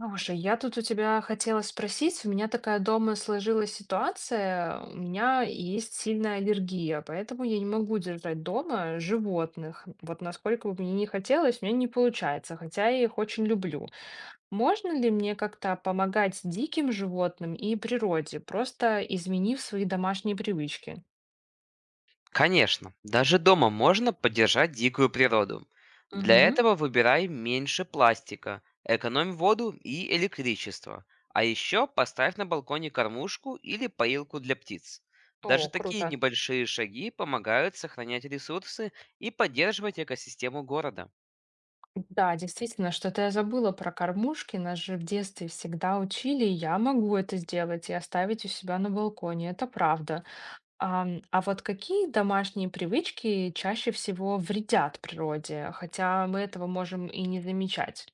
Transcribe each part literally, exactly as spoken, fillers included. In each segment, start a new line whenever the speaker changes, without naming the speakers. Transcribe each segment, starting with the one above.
Слушай, я тут у тебя хотела спросить. У меня такая дома сложилась ситуация. У меня есть сильная аллергия, поэтому я не могу держать дома животных. Вот насколько бы мне не хотелось, у меня не получается, хотя я их очень люблю. Можно ли мне как-то помогать диким животным и природе, просто изменив свои домашние привычки?
Конечно, даже дома можно поддержать дикую природу. Для
Угу.
этого выбирай меньше пластика, экономь воду и электричество. А еще поставь на балконе кормушку или поилку для птиц. Даже
О,
такие
круто.
небольшие шаги помогают сохранять ресурсы и поддерживать экосистему города.
Да, действительно, что-то я забыла про кормушки. Нас же в детстве всегда учили, и я могу это сделать и оставить у себя на балконе, это правда. Ам, А, вот какие домашние привычки чаще всего вредят природе, хотя мы этого можем и не замечать?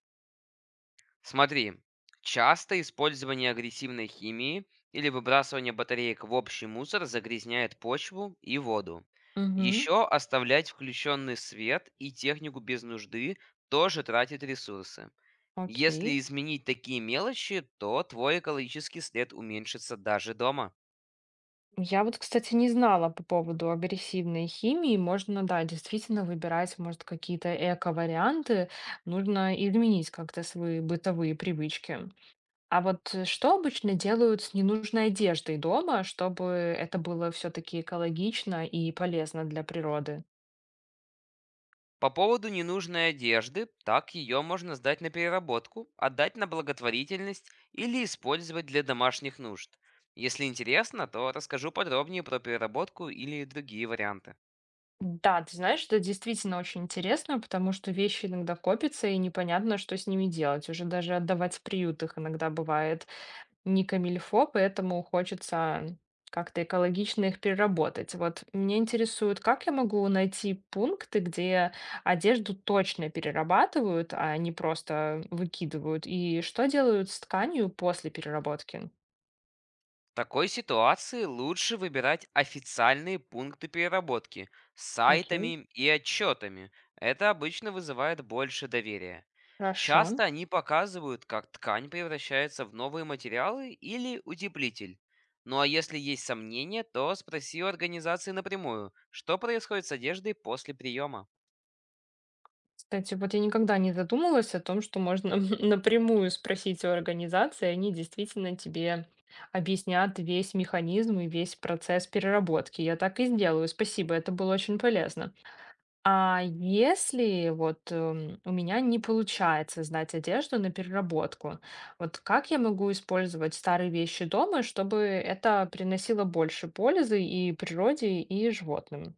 Смотри, часто использование агрессивной химии или выбрасывание батареек в общий мусор загрязняет почву и воду.
Угу,
Еще оставлять включенный свет и технику без нужды тоже тратит ресурсы.
окей.
Если изменить такие мелочи, то твой экологический след уменьшится даже дома.
Я вот, кстати, не знала по поводу агрессивной химии. Можно, да, действительно выбирать, может, какие-то эко-варианты. Нужно изменить как-то свои бытовые привычки. А вот э, что обычно делают с ненужной одеждой дома, чтобы это было все-таки экологично и полезно для природы?
По поводу ненужной одежды, так ее можно сдать на переработку, отдать на благотворительность или использовать для домашних нужд. Если интересно, то расскажу подробнее про переработку или другие варианты.
Да, ты знаешь, это действительно очень интересно, потому что вещи иногда копятся, и непонятно, что с ними делать. Уже даже отдавать в приют их иногда бывает не камильфо, поэтому хочется как-то экологично их переработать. Вот меня интересует, как я могу найти пункты, где одежду точно перерабатывают, а не просто выкидывают, и что делают с тканью после переработки?
В такой ситуации лучше выбирать официальные пункты переработки с
Окей,
сайтами и отчетами. Это обычно вызывает больше доверия.
хорошо.
Часто они показывают, как ткань превращается в новые материалы или утеплитель. Ну а если есть сомнения, то спроси у организации напрямую, что происходит с одеждой после приема.
Кстати, вот я никогда не задумывалась о том, что можно напрямую спросить у организации, они действительно тебе объяснят весь механизм и весь процесс переработки. Я так и сделаю. Спасибо, это было очень полезно. А если вот эм, у меня не получается сдать одежду на переработку, вот как я могу использовать старые вещи дома, чтобы это приносило больше пользы и природе, и животным?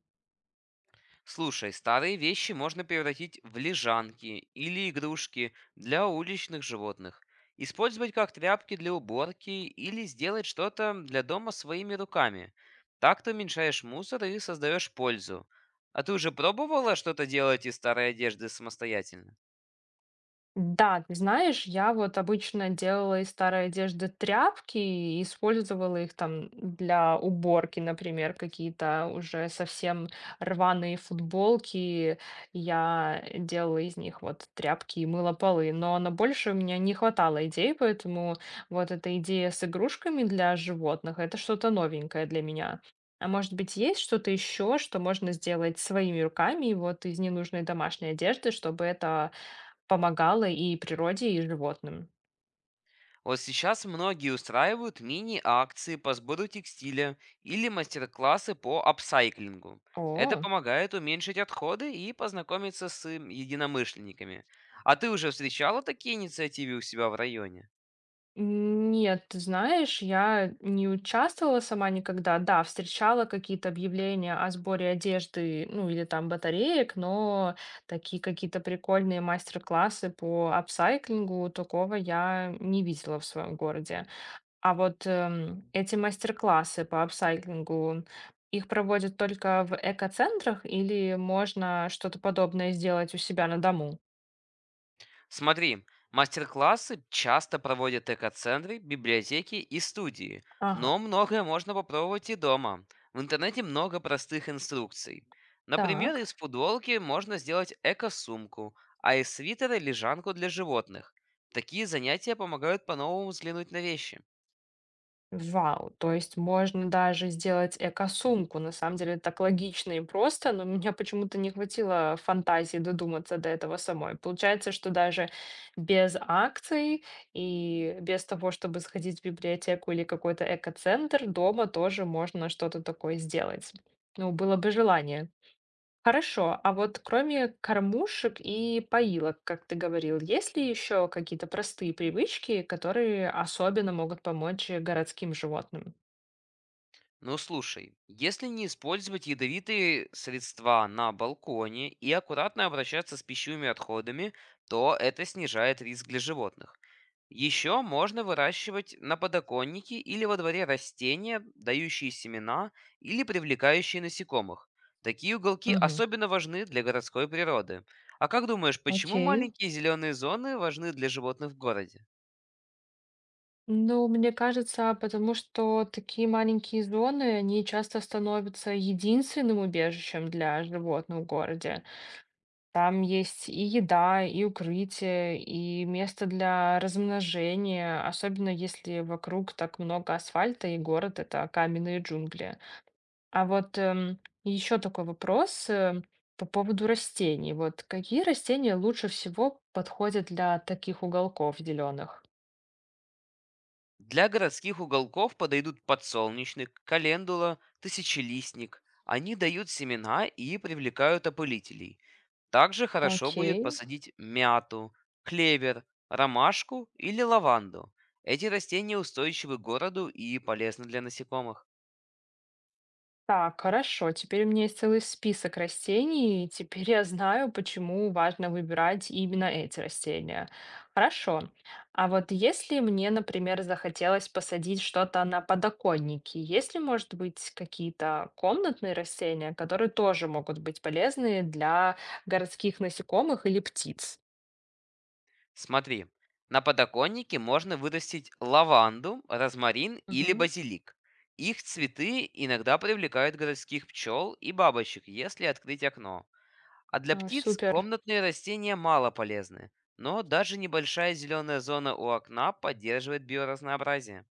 Слушай, старые вещи можно превратить в лежанки или игрушки для уличных животных. Использовать как тряпки для уборки или сделать что-то для дома своими руками. Так ты уменьшаешь мусор и создаешь пользу. А ты уже пробовала что-то делать из старой одежды самостоятельно?
Да, ты знаешь, я вот обычно делала из старой одежды тряпки и использовала их там для уборки, например, какие-то уже совсем рваные футболки. Я делала из них вот тряпки и мыла полы, но на больше у меня не хватало идей, поэтому вот эта идея с игрушками для животных, это что-то новенькое для меня. А может быть, есть что-то еще, что можно сделать своими руками, вот из ненужной домашней одежды, чтобы это помогала и природе, и животным.
Вот сейчас многие устраивают мини-акции по сбору текстиля или мастер-классы по апсайклингу. Это
О,
помогает уменьшить отходы и познакомиться с им единомышленниками. А ты уже встречала такие инициативы у себя в районе?
нет, ты знаешь, я не участвовала сама никогда. Да, встречала какие-то объявления о сборе одежды, ну или там батареек, но такие какие-то прикольные мастер-классы по апсайклингу, такого я не видела в своем городе. А вот эм, эти мастер-классы по апсайклингу, их проводят только в экоцентрах или можно что-то подобное сделать у себя на дому?
Смотри, мастер-классы часто проводят экоцентры, библиотеки и студии,
Ага.
но многое можно попробовать и дома. В интернете много простых инструкций. Например,
Так,
из футболки можно сделать эко-сумку, а из свитера– лежанку для животных. Такие занятия помогают по-новому взглянуть на вещи.
вау, то есть можно даже сделать эко-сумку. На самом деле так логично и просто, но у меня почему-то не хватило фантазии додуматься до этого самой. Получается, что даже без акций и без того, чтобы сходить в библиотеку или какой-то эко-центр, дома тоже можно что-то такое сделать. Ну, было бы желание. Хорошо, а вот кроме кормушек и поилок, как ты говорил, есть ли еще какие-то простые привычки, которые особенно могут помочь э, городским животным?
Ну слушай, если не использовать ядовитые средства на балконе и аккуратно обращаться с пищевыми отходами, то это снижает риск для животных. Еще можно выращивать на подоконнике или во дворе растения, дающие семена или привлекающие насекомых. Такие уголки
Мгм.
особенно важны для городской природы. А как думаешь, почему
Окей.
маленькие зеленые зоны важны для животных в городе?
Ну, мне кажется, потому что такие маленькие зоны, они часто становятся единственным убежищем для животных в городе. Там есть и еда, и укрытие, и место для размножения, особенно если вокруг так много асфальта, и город это каменные джунгли. А вот еще такой вопрос, э, по поводу растений. Вот какие растения лучше всего подходят для таких уголков зеленых?
Для городских уголков подойдут подсолнечник, календула, тысячелистник. Они дают семена и привлекают опылителей. Также хорошо будет
Окей.
посадить мяту, клевер, ромашку или лаванду. Эти растения устойчивы к городу и полезны для насекомых.
Так, хорошо. Теперь у меня есть целый список растений, и теперь я знаю, почему важно выбирать именно эти растения. Хорошо. А вот если мне, например, захотелось посадить что-то на подоконнике, есть ли, может быть, какие-то комнатные растения, которые тоже могут быть полезны для городских насекомых или птиц?
Смотри, на подоконнике можно вырастить лаванду, розмарин или
Мгм.
базилик. Их цветы иногда привлекают городских пчел и бабочек, если открыть окно. А для
О,
птиц
супер.
комнатные растения мало полезны, но даже небольшая зеленая зона у окна поддерживает биоразнообразие.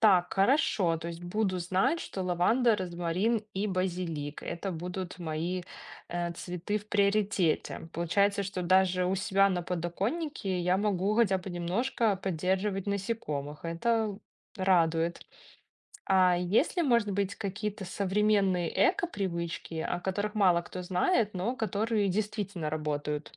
Так, хорошо. То есть буду знать, что лаванда, розмарин и базилик. Это будут мои э, цветы в приоритете. Получается, что даже у себя на подоконнике я могу хотя бы немножко поддерживать насекомых. Это радует. А есть ли, может быть, какие-то современные эко-привычки, о которых мало кто знает, но которые действительно работают?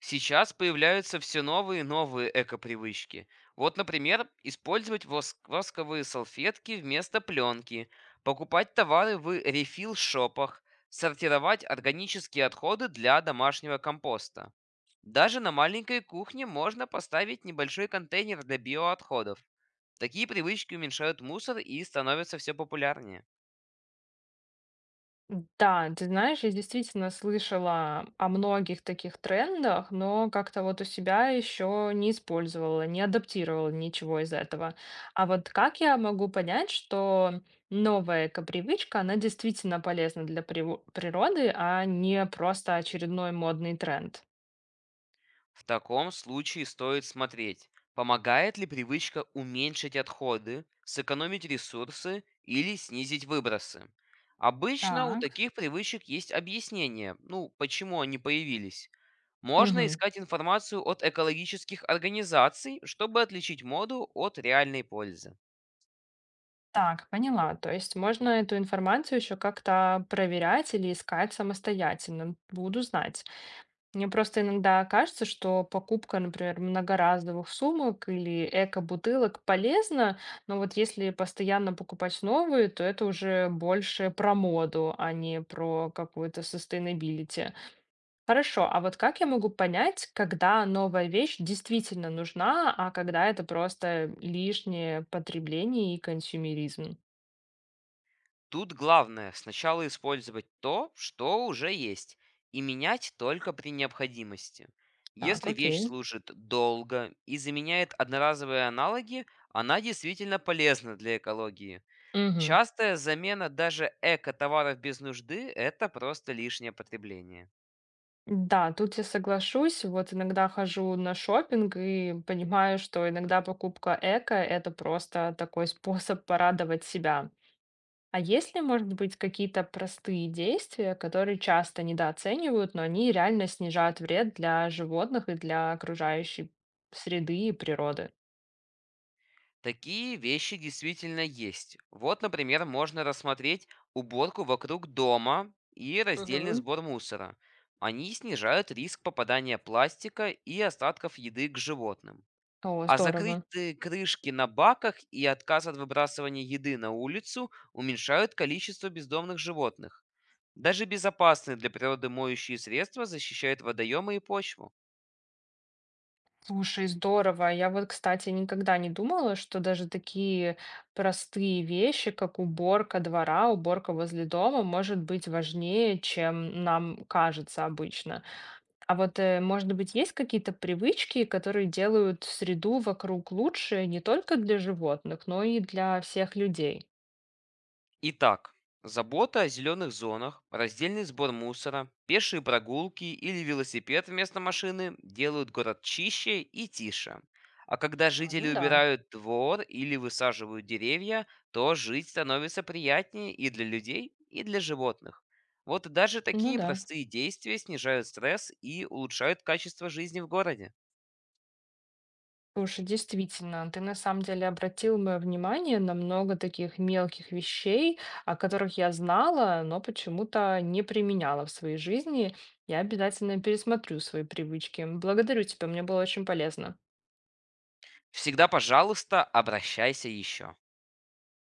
Сейчас появляются все новые и новые экопривычки. Вот, например, использовать воск- восковые салфетки вместо пленки, покупать товары в рефил-шопах, сортировать органические отходы для домашнего компоста. Даже на маленькой кухне можно поставить небольшой контейнер для биоотходов. Такие привычки уменьшают мусор и становятся все популярнее.
Да, ты знаешь, я действительно слышала о многих таких трендах, но как-то вот у себя еще не использовала, не адаптировала ничего из этого. А вот как я могу понять, что новая эко-привычка, она действительно полезна для приво- природы, а не просто очередной модный тренд?
В таком случае стоит смотреть, помогает ли привычка уменьшить отходы, сэкономить ресурсы или снизить выбросы. Обычно у
Так,
таких привычек есть объяснение, ну, почему они появились. Можно
мгм.
искать информацию от экологических организаций, чтобы отличить моду от реальной пользы.
Так, поняла. То есть можно эту информацию еще как-то проверять или искать самостоятельно. Буду знать. Мне просто иногда кажется, что покупка, например, многоразовых сумок или эко-бутылок полезна, но вот если постоянно покупать новые, то это уже больше про моду, а не про какую-то sustainability. Хорошо, а вот как я могу понять, когда новая вещь действительно нужна, а когда это просто лишнее потребление и консюмеризм?
Тут главное сначала использовать то, что уже есть, и менять только при необходимости.
Так,
Если вещь
окей.
служит долго и заменяет одноразовые аналоги, она действительно полезна для экологии.
Мгм.
Частая замена даже эко-товаров без нужды– это просто лишнее потребление.
Да, тут я соглашусь. Вот иногда хожу на шопинг и понимаю, что иногда покупка эко– это просто такой способ порадовать себя. А есть ли, может быть, какие-то простые действия, которые часто недооценивают, но они реально снижают вред для животных и для окружающей среды и природы?
Такие вещи действительно есть. Вот, например, можно рассмотреть уборку вокруг дома и раздельный
Мгм.
сбор мусора. Они снижают риск попадания пластика и остатков еды к животным.
О,
А
здорово.
закрытые крышки на баках и отказ от выбрасывания еды на улицу уменьшают количество бездомных животных. Даже безопасные для природы моющие средства защищают водоемы и почву.
Слушай, здорово. Я вот, кстати, никогда не думала, что даже такие простые вещи, как уборка двора, уборка возле дома, может быть важнее, чем нам кажется обычно. А вот, э, может быть, есть какие-то привычки, которые делают среду вокруг лучше не только для животных, но и для всех людей?
Итак, забота о зеленых зонах, раздельный сбор мусора, пешие прогулки или велосипед вместо машины делают город чище и тише. А когда
А, ну
жители
да,
убирают двор или высаживают деревья, то жить становится приятнее и для людей, и для животных. Вот даже
ну
такие
да.
простые действия снижают стресс и улучшают качество жизни в городе.
Слушай, действительно, ты на самом деле обратил мое внимание на много таких мелких вещей, о которых я знала, но почему-то не применяла в своей жизни. Я обязательно пересмотрю свои привычки. Благодарю тебя, мне было очень полезно.
Всегда, пожалуйста, обращайся еще.